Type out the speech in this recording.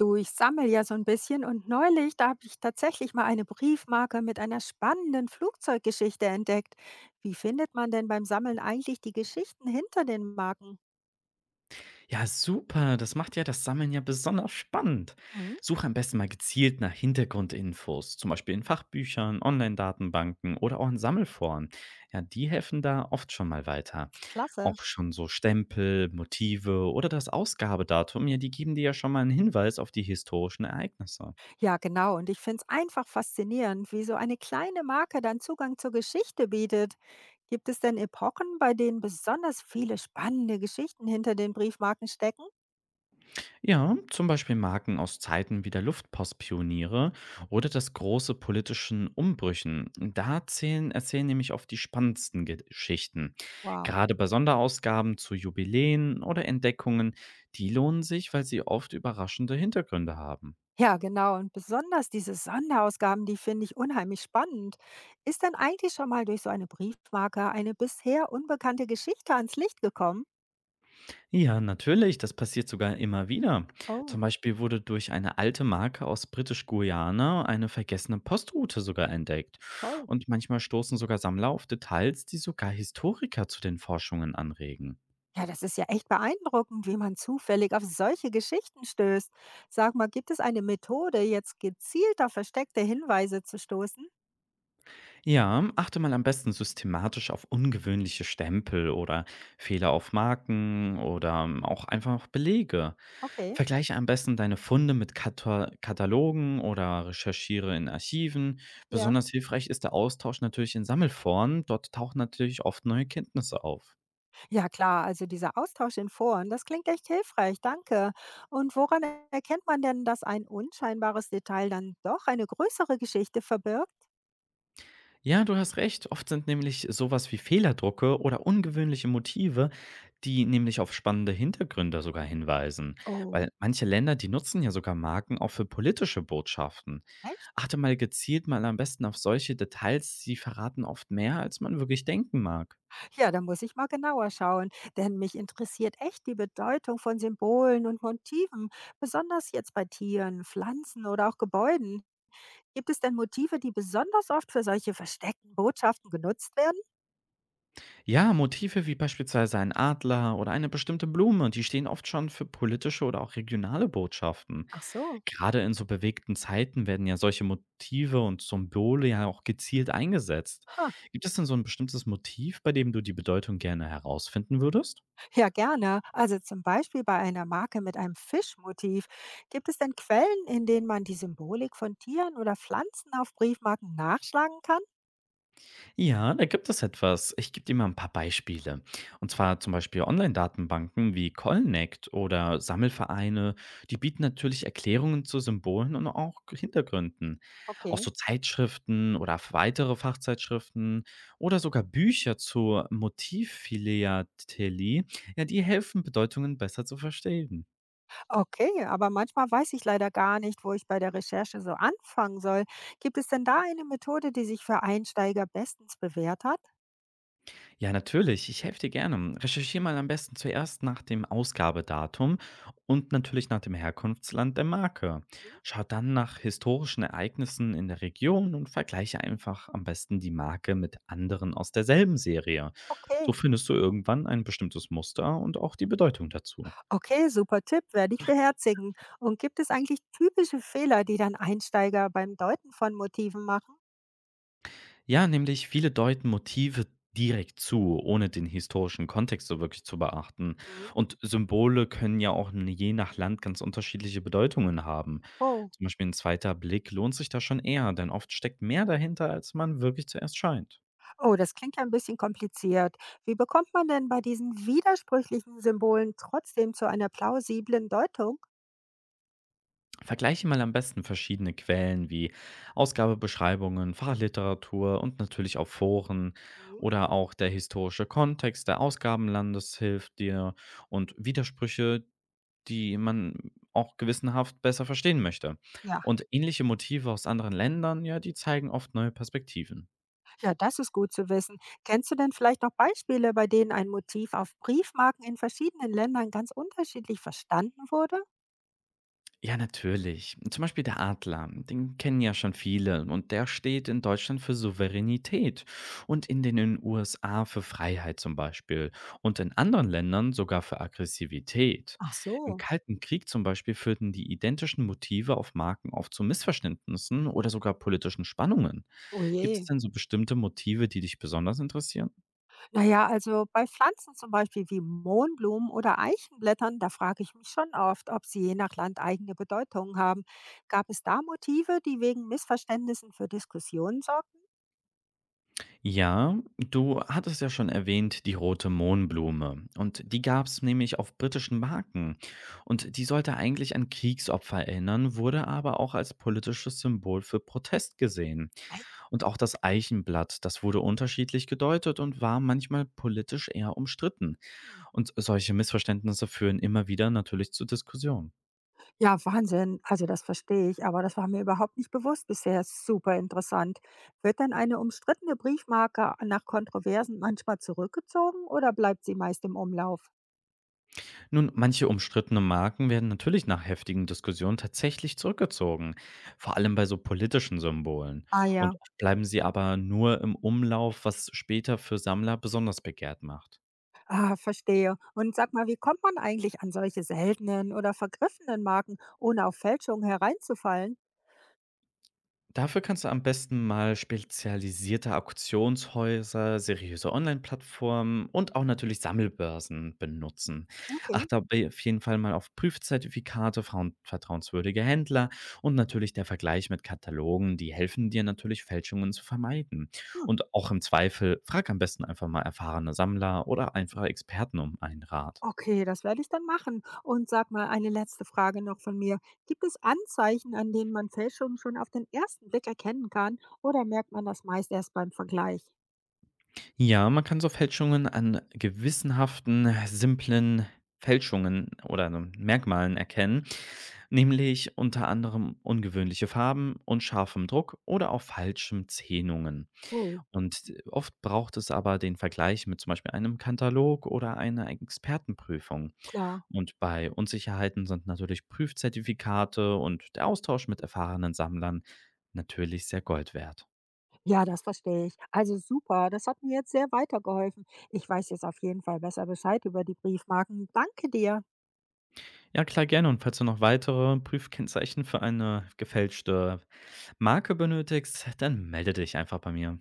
Du, ich sammle ja so ein bisschen und neulich, da habe ich tatsächlich mal eine Briefmarke mit einer spannenden Flugzeuggeschichte entdeckt. Wie findet man denn beim Sammeln eigentlich die Geschichten hinter den Marken? Ja, super. Das macht ja das Sammeln ja besonders spannend. Mhm, Suche am besten mal gezielt nach Hintergrundinfos, zum Beispiel in Fachbüchern, Online-Datenbanken oder auch in Sammelforen. Ja, die helfen da oft schon mal weiter. klasse. Auch schon so Stempel, Motive oder das Ausgabedatum, ja, die geben dir ja schon mal einen Hinweis auf die historischen Ereignisse. Ja, genau. Und ich finde es einfach faszinierend, wie so eine kleine Marke dann Zugang zur Geschichte bietet. Gibt es denn Epochen, bei denen besonders viele spannende Geschichten hinter den Briefmarken stecken? Ja, zum Beispiel Marken aus Zeiten wie der Luftpostpioniere oder das große politischen Umbrüchen. Da zählen, erzählen nämlich oft die spannendsten Geschichten. Wow. Gerade bei Sonderausgaben zu Jubiläen oder Entdeckungen, die lohnen sich, weil sie oft überraschende Hintergründe haben. Ja, genau. Und besonders diese Sonderausgaben, die finde ich unheimlich spannend. Ist denn eigentlich schon mal durch so eine Briefmarke eine bisher unbekannte Geschichte ans Licht gekommen? Ja, natürlich, das passiert sogar immer wieder. Zum Oh, Beispiel wurde durch eine alte Marke aus Britisch-Guyana eine vergessene Postroute sogar entdeckt. toll. Und manchmal stoßen sogar Sammler auf Details, die sogar Historiker zu den Forschungen anregen. Ja, das ist ja echt beeindruckend, wie man zufällig auf solche Geschichten stößt. Sag mal, gibt es eine Methode, jetzt gezielter versteckte Hinweise zu stoßen? Ja, achte mal am besten systematisch auf ungewöhnliche Stempel oder Fehler auf Marken oder auch einfach Belege. Okay, Vergleiche am besten deine Funde mit Katalogen oder recherchiere in Archiven. ja. Besonders hilfreich ist der Austausch natürlich in Sammelforen. Dort tauchen natürlich oft neue Kenntnisse auf. Ja klar, also dieser Austausch in Foren, das klingt echt hilfreich, danke. Und woran erkennt man denn, dass ein unscheinbares Detail dann doch eine größere Geschichte verbirgt? Ja, du hast recht. Oft sind nämlich sowas wie Fehlerdrucke oder ungewöhnliche Motive, die nämlich auf spannende Hintergründe sogar hinweisen. Weil Oh, manche Länder, die nutzen ja sogar Marken auch für politische Botschaften. echt? Achte mal gezielt mal am besten auf solche Details, sie verraten oft mehr, als man wirklich denken mag. Ja, da muss ich mal genauer schauen, denn mich interessiert echt die Bedeutung von Symbolen und Motiven, besonders jetzt bei Tieren, Pflanzen oder auch Gebäuden. Gibt es denn Motive, die besonders oft für solche versteckten Botschaften genutzt werden? Ja, Motive wie beispielsweise ein Adler oder eine bestimmte Blume, die stehen oft schon für politische oder auch regionale Botschaften. Ach so. Gerade in so bewegten Zeiten werden ja solche Motive und Symbole ja auch gezielt eingesetzt. Ha. Gibt es denn so ein bestimmtes Motiv, bei dem du die Bedeutung gerne herausfinden würdest? Ja, gerne. Also zum Beispiel bei einer Marke mit einem Fischmotiv. Gibt es denn Quellen, in denen man die Symbolik von Tieren oder Pflanzen auf Briefmarken nachschlagen kann? Ja, da gibt es etwas. Ich gebe dir mal ein paar Beispiele. Und zwar zum Beispiel Online-Datenbanken wie Collnect oder Sammelvereine, die bieten natürlich Erklärungen zu Symbolen und auch Hintergründen. Auch Okay. so Zeitschriften oder weitere Fachzeitschriften oder sogar Bücher zur Motivphilatelie, ja, die helfen, Bedeutungen besser zu verstehen. Okay, aber manchmal weiß ich leider gar nicht, wo ich bei der Recherche so anfangen soll. Gibt es denn da eine Methode, die sich für Einsteiger bestens bewährt hat? Ja, natürlich. Ich helfe dir gerne. Recherchiere mal am besten zuerst nach dem Ausgabedatum und natürlich nach dem Herkunftsland der Marke. Mhm. Schau dann nach historischen Ereignissen in der Region und vergleiche einfach am besten die Marke mit anderen aus derselben Serie. So Okay. findest du irgendwann ein bestimmtes Muster und auch die Bedeutung dazu. Okay, super Tipp, werde ich beherzigen. Und gibt es eigentlich typische Fehler, die dann Einsteiger beim Deuten von Motiven machen? Ja, nämlich viele deuten Motive direkt zu, ohne den historischen Kontext so wirklich zu beachten. Mhm. Und Symbole können ja auch je nach Land ganz unterschiedliche Bedeutungen haben. Oh, Zum Beispiel ein zweiter Blick lohnt sich da schon eher, denn oft steckt mehr dahinter, als man wirklich zuerst scheint. oh, das klingt ja ein bisschen kompliziert. Wie bekommt man denn bei diesen widersprüchlichen Symbolen trotzdem zu einer plausiblen Deutung? Vergleiche mal am besten verschiedene Quellen wie Ausgabebeschreibungen, Fachliteratur und natürlich auch Foren Mhm. oder auch der historische Kontext der Ausgabenlandes hilft dir und Widersprüche, die man auch gewissenhaft besser verstehen möchte. Ja, Und ähnliche Motive aus anderen Ländern, ja, die zeigen oft neue Perspektiven. ja, das ist gut zu wissen. Kennst du denn vielleicht noch Beispiele, bei denen ein Motiv auf Briefmarken in verschiedenen Ländern ganz unterschiedlich verstanden wurde? Ja, natürlich. Zum Beispiel der Adler, den kennen ja schon viele und der steht in Deutschland für Souveränität und in den USA für Freiheit zum Beispiel und in anderen Ländern sogar für Aggressivität. Ach Im so, Kalten Krieg zum Beispiel führten die identischen Motive auf Marken oft zu Missverständnissen oder sogar politischen Spannungen. oh Gibt es je. denn so bestimmte Motive, die dich besonders interessieren? Naja, also bei Pflanzen zum Beispiel wie Mohnblumen oder Eichenblättern, da frage ich mich schon oft, ob sie je nach Land eigene Bedeutungen haben. Gab es da Motive, die wegen Missverständnissen für Diskussionen sorgten? Ja, du hattest ja schon erwähnt, die rote Mohnblume. Und die gab es nämlich auf britischen Marken. Und die sollte eigentlich an Kriegsopfer erinnern, wurde aber auch als politisches Symbol für Protest gesehen. Echt? Und auch das Eichenblatt, das wurde unterschiedlich gedeutet und war manchmal politisch eher umstritten. Und solche Missverständnisse führen immer wieder natürlich zu Diskussionen. Ja, Wahnsinn. Also das verstehe ich, aber das war mir überhaupt nicht bewusst bisher. Super interessant. Wird denn eine umstrittene Briefmarke nach Kontroversen manchmal zurückgezogen oder bleibt sie meist im Umlauf? Nun, manche umstrittene Marken werden natürlich nach heftigen Diskussionen tatsächlich zurückgezogen, vor allem bei so politischen Symbolen. Ah Und ja. oft bleiben sie aber nur im Umlauf, was später für Sammler besonders begehrt macht. Ah, verstehe. Und sag mal, wie kommt man eigentlich an solche seltenen oder vergriffenen Marken, ohne auf Fälschungen hereinzufallen? Dafür kannst du am besten mal spezialisierte Auktionshäuser, seriöse Online-Plattformen und auch natürlich Sammelbörsen benutzen. Achte Okay. dabei auf jeden Fall mal auf Prüfzertifikate, vertrauenswürdige Händler und natürlich der Vergleich mit Katalogen, die helfen dir natürlich, Fälschungen zu vermeiden. Hm. Und auch im Zweifel frag am besten einfach mal erfahrene Sammler oder einfache Experten um einen Rat. Okay, das werde ich dann machen. Und sag mal, eine letzte Frage noch von mir. Gibt es Anzeichen, an denen man Fälschungen schon auf den ersten Blick erkennen kann? Oder merkt man das meist erst beim Vergleich? Ja, man kann so Fälschungen an gewissenhaften, simplen Fälschungen oder ne Merkmalen erkennen, nämlich unter anderem ungewöhnliche Farben und scharfem Druck oder auch falschen Zähnungen. Oh, Und oft braucht es aber den Vergleich mit zum Beispiel einem Katalog oder einer Expertenprüfung. klar. Und bei Unsicherheiten sind natürlich Prüfzertifikate und der Austausch mit erfahrenen Sammlern natürlich sehr Gold wert. Ja, das verstehe ich. Also super, das hat mir jetzt sehr weitergeholfen. Ich weiß jetzt auf jeden Fall besser Bescheid über die Briefmarken. Danke dir. Ja, klar, gerne. Und falls du noch weitere Prüfkennzeichen für eine gefälschte Marke benötigst, dann melde dich einfach bei mir.